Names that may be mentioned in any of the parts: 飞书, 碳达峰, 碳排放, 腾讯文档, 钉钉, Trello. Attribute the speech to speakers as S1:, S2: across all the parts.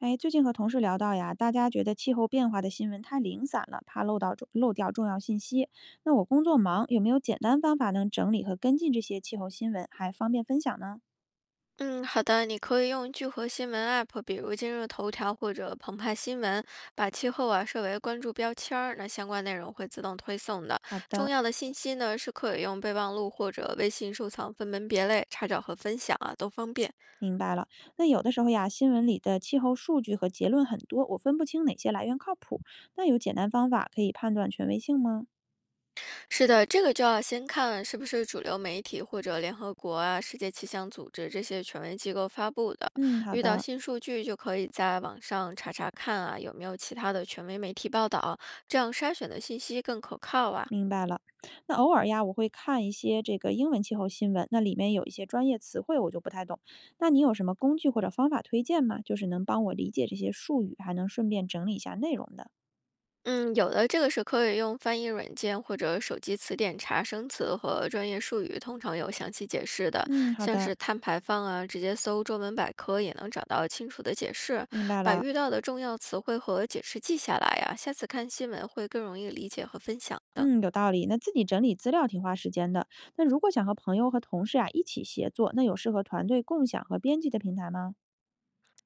S1: 哎，最近和同事聊到呀，大家觉得气候变化的新闻太零散了，怕漏掉重要信息。那我工作忙，有没有简单方法能整理和跟进这些气候新闻，还方便分享呢？
S2: 嗯，好的，你可以用聚合新闻 App，比如今日头条或者澎湃新闻，把气候啊设为关注标签儿，那相关内容会自动推送的。
S1: 好
S2: 重
S1: 的，
S2: 要的信息呢是可以用备忘录或者微信收藏分门别类查找和分享啊，都方便。
S1: 明白了。那有的时候呀，新闻里的气候数据和结论很多，我分不清哪些来源靠谱。那有简单方法可以判断权威性吗？
S2: 是的，这个就要先看是不是主流媒体或者联合国啊、世界气象组织这些权威机构发布的。
S1: 嗯，好
S2: 遇到
S1: 的。
S2: 新数据就可以在网上查查看啊，有没有其他的权威媒体报道，这样筛选的信息更可靠啊。
S1: 明白了，那偶尔呀，我会看一些这个英文气候新闻，那里面有一些专业词汇我就不太懂。那你有什么工具或者方法推荐吗？就是能帮我理解这些术语，还能顺便整理一下内容的。
S2: 嗯，有的这个是可以用翻译软件或者手机词典查生词和专业术语，通常有详细解释的，
S1: 嗯，好
S2: 像
S1: 的，
S2: 是碳排放啊，直接搜中文百科也能找到清楚的解释。
S1: 明白
S2: 把
S1: 了。
S2: 遇到的重要词汇和解释记下来呀、下次看新闻会更容易理解和分享的。
S1: 嗯，有道理。那自己整理资料挺花时间的。那如果想和朋友和同事啊一起协作，那有适合团队共享和编辑的平台吗？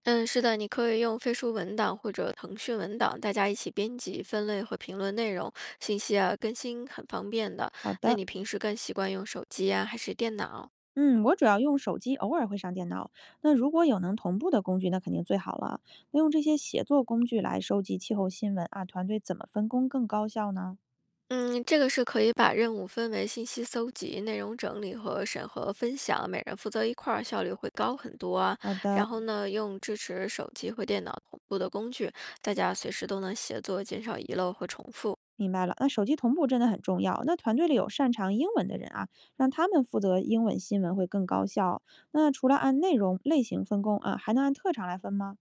S2: 嗯，是的，你可以用飞书文档或者腾讯文档，大家一起编辑、分类和评论内容，信息啊更新很方便的。
S1: 好
S2: 那
S1: 的。
S2: 你平时更习惯用手机啊，还是电脑？
S1: 嗯，我主要用手机，偶尔会上电脑。那如果有能同步的工具，那肯定最好了。那用这些协作工具来收集气候新闻啊，团队怎么分工更高效呢？
S2: 嗯，这个是可以把任务分为信息搜集、内容整理和审核分享，每人负责一块儿，效率会高很多啊。
S1: 好
S2: 然
S1: 的，
S2: 后呢，用支持手机和电脑同步的工具，大家随时都能协作，减少遗漏和重复。
S1: 明白了。那手机同步真的很重要。那团队里有擅长英文的人啊，让他们负责英文新闻会更高效。那除了按内容类型分工啊，还能按特长来分吗？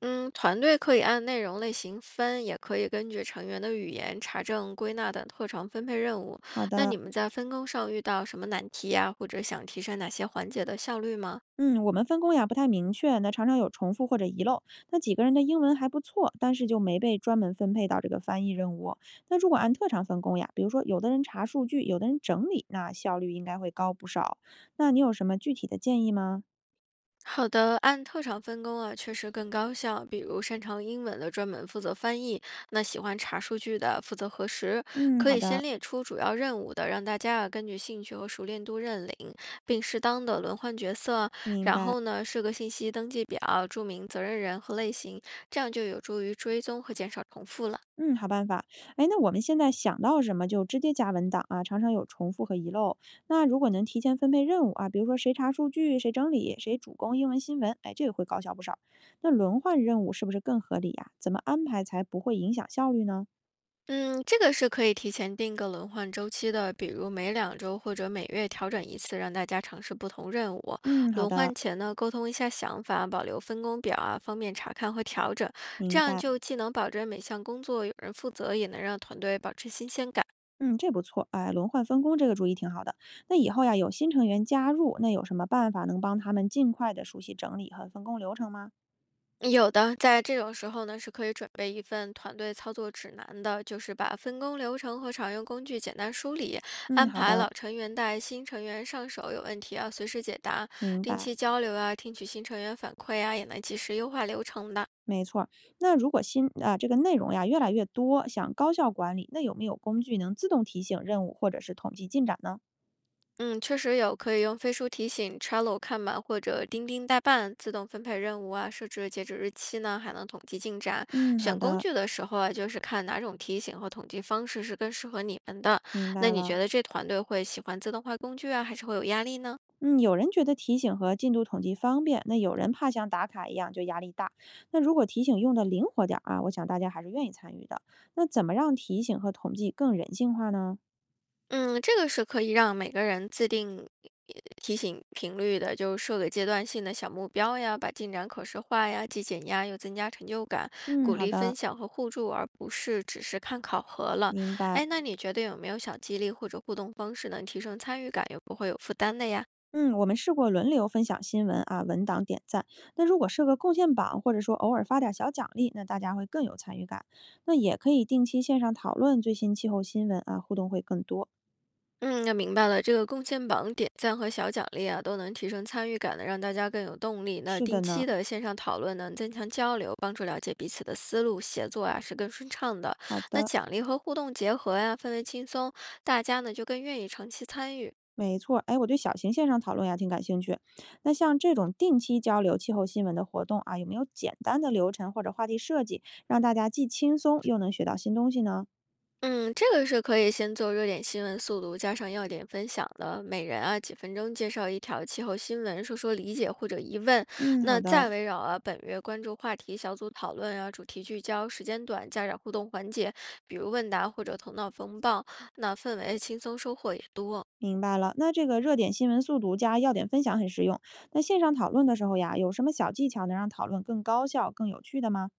S2: 嗯，团队可以按内容类型分，也可以根据成员的语言、查证、归纳等特长分配任务。
S1: 好
S2: 那
S1: 的。
S2: 你们在分工上遇到什么难题呀、或者想提升哪些环节的效率吗？
S1: 嗯，我们分工呀不太明确，那常常有重复或者遗漏。那几个人的英文还不错，但是就没被专门分配到这个翻译任务。那如果按特长分工呀，比如说有的人查数据，有的人整理，那效率应该会高不少。那你有什么具体的建议吗？
S2: 好的，按特长分工啊，确实更高效。比如擅长英文的专门负责翻译，那喜欢查数据的负责核实。
S1: 嗯，
S2: 可
S1: 好
S2: 以先
S1: 的，
S2: 列出主要任务的，让大家啊根据兴趣和熟练度认领，并适当的轮换角色。
S1: 明
S2: 然
S1: 白。
S2: 后呢，设个信息登记表，注明责任人和类型，这样就有助于追踪和减少重复了。
S1: 嗯，好办法。哎，那我们现在想到什么就直接加文档啊，常常有重复和遗漏。那如果能提前分配任务啊，比如说谁查数据，谁整理，谁主攻英文新闻，哎，这个会高效不少。那轮换任务是不是更合理呀、怎么安排才不会影响效率呢？
S2: 嗯，这个是可以提前定个轮换周期的，比如每2周或者每月调整一次，让大家尝试不同任务。
S1: 嗯，好
S2: 轮
S1: 的，
S2: 换前呢，沟通一下想法，保留分工表啊，方便查看和调整。这
S1: 明
S2: 样
S1: 白。
S2: 就既能保证每项工作有人负责，也能让团队保持新鲜感。
S1: 嗯，这不错，哎，轮换分工这个主意挺好的。那以后呀，有新成员加入，那有什么办法能帮他们尽快的熟悉整理和分工流程吗？
S2: 有的，在这种时候呢，是可以准备一份团队操作指南的，就是把分工流程和常用工具简单梳理，
S1: 嗯，
S2: 安
S1: 好
S2: 排
S1: 的，
S2: 老成员带新成员上手，有问题啊随时解答，
S1: 明
S2: 定
S1: 白。
S2: 期交流啊，听取新成员反馈啊，也能及时优化流程的。
S1: 没错儿。那如果新啊这个内容呀越来越多，想高效管理，那有没有工具能自动提醒任务或者是统计进展呢？
S2: 嗯，确实有，可以用飞书提醒、Trello 看板或者钉钉代办自动分配任务啊，设置截止日期呢，还能统计进展。
S1: 嗯，好
S2: 选工
S1: 的，
S2: 具的时候啊，就是看哪种提醒和统计方式是更适合你们的。
S1: 明白
S2: 那你
S1: 了。
S2: 觉得这团队会喜欢自动化工具啊，还是会有压力呢？
S1: 嗯，有人觉得提醒和进度统计方便，那有人怕像打卡一样就压力大。那如果提醒用的灵活点儿啊，我想大家还是愿意参与的。那怎么让提醒和统计更人性化呢？
S2: 嗯，这个是可以让每个人自定提醒频率的，就设个阶段性的小目标呀，把进展可视化呀，既减压又增加成就感，
S1: 嗯，
S2: 鼓
S1: 好
S2: 励分
S1: 的，
S2: 享和互助，而不是只是看考核了。
S1: 明白。
S2: 哎，那你觉得有没有小激励或者互动方式能提升参与感又不会有负担的呀？
S1: 嗯，我们试过轮流分享新闻啊，文档点赞。那如果设个贡献榜，或者说偶尔发点小奖励，那大家会更有参与感。那也可以定期线上讨论最新气候新闻啊，互动会更多。
S2: 嗯，那明白了。这个贡献榜点赞和小奖励啊，都能提升参与感的，让大家更有动力。那
S1: 是的
S2: 定
S1: 呢，
S2: 期的线上讨论呢，增强交流，帮助了解彼此的思路，协作啊是更顺畅的。
S1: 好
S2: 那
S1: 的，
S2: 奖励和互动结合呀、氛围轻松，大家呢就更愿意长期参与。
S1: 没错。哎，我对小型线上讨论呀挺感兴趣。那像这种定期交流气候新闻的活动啊，有没有简单的流程或者话题设计，让大家既轻松又能学到新东西呢？
S2: 嗯，这个是可以先做热点新闻速读，加上要点分享的，每人啊几分钟介绍一条气候新闻，说说理解或者疑问。
S1: 嗯，好
S2: 那
S1: 的。
S2: 再围绕啊本月关注话题小组讨论啊，主题聚焦，时间短，加点互动环节，比如问答或者头脑风暴，那氛围轻松，收获也多。
S1: 明白了，那这个热点新闻速读加要点分享很实用。那线上讨论的时候呀，有什么小技巧能让讨论更高效、更有趣的吗？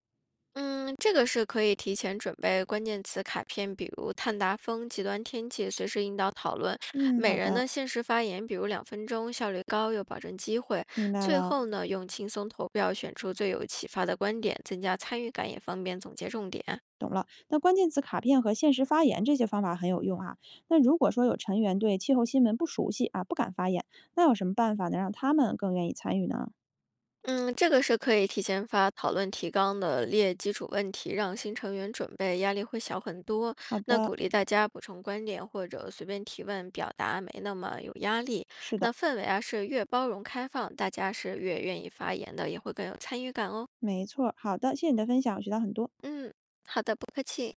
S2: 嗯，这个是可以提前准备关键词卡片，比如碳达峰、极端天气，随时引导讨论。
S1: 嗯，
S2: 每
S1: 好
S2: 人
S1: 的，
S2: 限时发言，比如2分钟，效率高又保证机会。
S1: 明白
S2: 最
S1: 了，
S2: 后呢，用轻松投票选出最有启发的观点，增加参与感，也方便总结重点。
S1: 懂了。那关键词卡片和限时发言这些方法很有用啊。那如果说有成员对气候新闻不熟悉啊，不敢发言，那有什么办法能让他们更愿意参与呢？
S2: 嗯，这个是可以提前发讨论提纲的，列基础问题，让新成员准备，压力会小很多。
S1: 好
S2: 那
S1: 的，
S2: 鼓励大家补充观点或者随便提问，表达没那么有压力。
S1: 是的，
S2: 那氛围啊是越包容开放，大家是越愿意发言的，也会更有参与感哦。
S1: 没错儿好的，谢谢你的分享，我学到很多。
S2: 嗯，好的，不客气。